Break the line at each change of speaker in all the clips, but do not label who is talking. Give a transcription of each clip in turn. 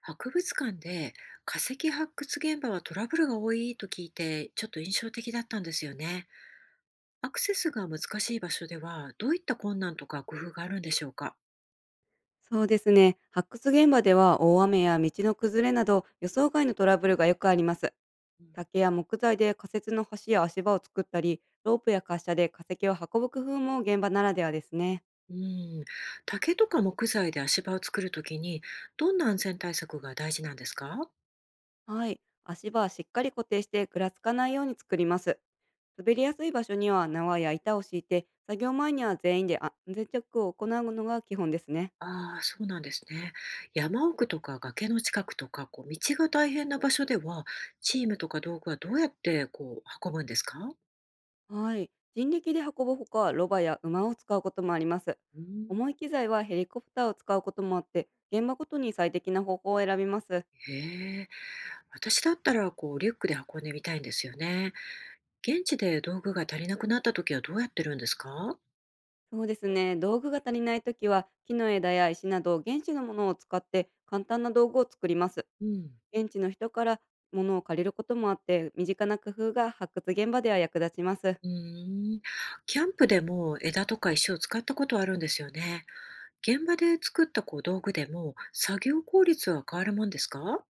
博物館で化石発掘現場はトラブルが多いと聞いて、ちょっと印象的だったんですよね。アクセスが難しい場所では、どういった困難とか工夫があるんでしょうか。
そうですね。発掘現場では、大雨や道の崩れなど予想外のトラブルがよくあります。
うん。
竹や木材で仮設の橋や足場を作ったり、ロープや滑車で化石を運ぶ工夫も現場ならではですね。
竹とか木材で足場を作るときに、どんな安全対策が大事なんですか。
はい。足場はしっかり固定して、ぐらつかないように作ります。滑りやすい場所には縄や板を敷いて、作業前には全員で安全チェックを行うのが基本ですね。
ああ、そうなんですね。山奥とか崖の近くとか、こう道が大変な場所では、チームとか道具はどうやってこう運ぶんですか。
はい。人力で運ぶほか、ロバや馬を使うこともあります。
うん。
重い機材はヘリコプターを使うこともあって、現場ごとに最適な方法を選びます。
へえ。私だったら、こう、リュックで運んでみたいんですよね。現地で道具が足りなくなった時はどうやってるんですか。
そうですね。道具が足りないときは、木の枝や石など現地のものを使って、簡単な道具を作ります。
うん。
現地の人から物を借りることもあって、身近な工夫が発掘現場では役立ちます。
うーん。キャンプでも枝とか石を使ったことはあるんですよね。現場で作ったこう道具でも、作業効率は変わるもんですか。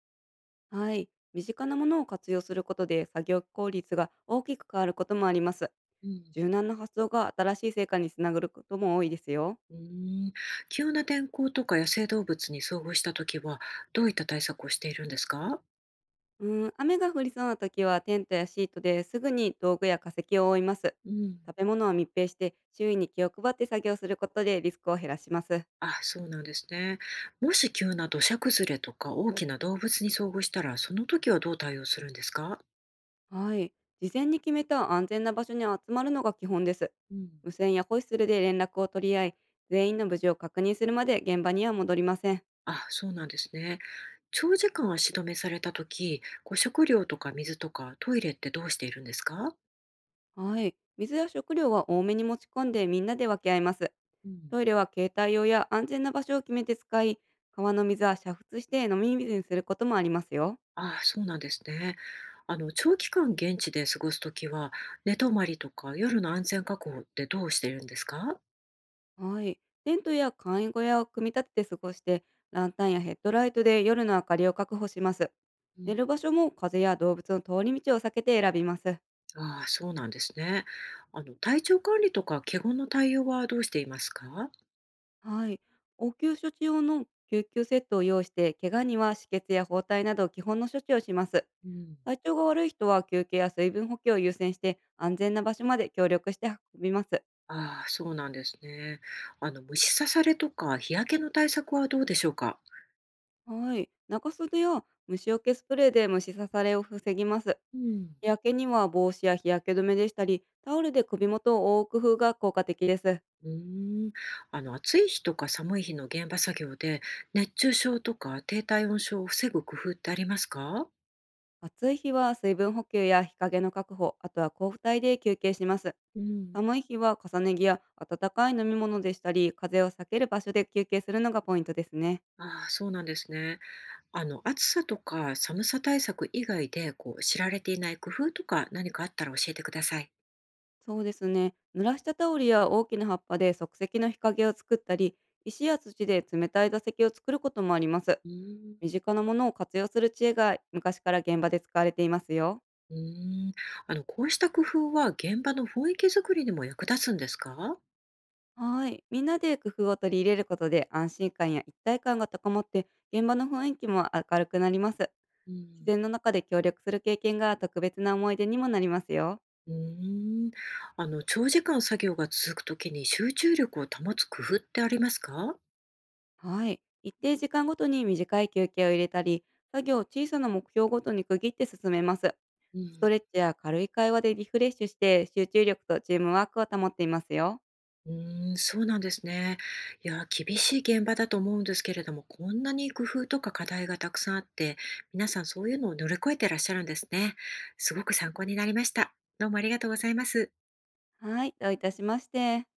はい。身近なものを活用することで、作業効率が大きく変わることもあります。
うん。
柔軟な発想が新しい成果につながることも多いですよ。
うーん。急な天候とか野生動物に遭遇した時は、どういった対策をしているんですか。
うん、雨が降りそうな時は、テントやシートですぐに道具や化石を覆います。
うん。
食べ物は密閉して、周囲に気を配って作業することでリスクを減らします。
あ、そうなんですね。もし急な土砂崩れとか大きな動物に遭遇したら、その時はどう対応するんですか。
はい。事前に決めた安全な場所に集まるのが基本です。
うん、
無線やホイッスルで連絡を取り合い、全員の無事を確認するまで現場には戻りません。
あ、そうなんですね。長時間足止めされた時、こう食料とか水とかトイレってどうしているんですか。
はい。水や食料は多めに持ち込んで、みんなで分け合います。
うん、
トイレは携帯用や安全な場所を決めて使い、川の水は煮沸して飲み水にすることもありますよ。
あ、そうなんですね。あの、長期間現地で過ごす時は、寝泊まりとか夜の安全確保ってどうしているんですか。
はい。テントや簡易小屋を組み立てて過ごして、ランタンやヘッドライトで夜の明かりを確保します。
う
寝
ん。
る場所も、風や動物の通り道を避けて選びます。
あ、そうなんですね。あの、体調管理とか、怪我の対応はどうしていますか。
はい。応急処置用の救急セットを用意して、怪我には止血や包帯など基本の処置をします。
うん。
体調が悪い人は休憩や水分補給を優先して、安全な場所まで協力して運びます。
ああ、そうなんですね。あの、虫刺されとか日焼けの対策はどうでしょうか？
はい。中袖や虫除けスプレーで虫刺されを防ぎます。
うん。
日焼けには帽子や日焼け止めでしたり、タオルで首元を覆う工夫が効果的です。
うーん、あの、暑い日とか寒い日の現場作業で、熱中症とか低体温症を防ぐ工夫ってありますか？
暑い日は水分補給や日陰の確保、あとは交付帯で休憩します。
うん。
寒い日は重ね着や温かい飲み物でしたり、風を避ける場所で休憩するのがポイントですね。
ああ、そうなんですね。あの、暑さとか寒さ対策以外で、こう、知られていない工夫とか何かあったら教えてください。
そうですね。濡らしたタオルや大きな葉っぱで即席の日陰を作ったり、石や土で冷たい座席を作ることもあります。
うー
身
ん。
近なものを活用する知恵が、昔から現場で使われていますよ。
うーん、あの、こうした工夫は現場の雰囲気づくりにも役立つんですか？
はい。みんなで工夫を取り入れることで、安心感や一体感が高まって、現場の雰囲気も明るくなります。
う
自
ん。
然の中で協力する経験が、特別な思い出にもなりますよ。
うーん、あの、長時間作業が続くときに集中力を保つ工夫ってありますか？
はい。一定時間ごとに短い休憩を入れたり、作業を小さな目標ごとに区切って進めます。
う
スト
ん、
レッチや軽い会話でリフレッシュして、集中力とチームワークを保っていますよ。
うーん、そうなんですね。いや、厳しい現場だと思うんですけれども、こんなに工夫とか課題がたくさんあって、皆さんそういうのを乗り越えてらっしゃるんですね。すごく参考になりました。どうもありがとうございます。
はい。どういたしまして。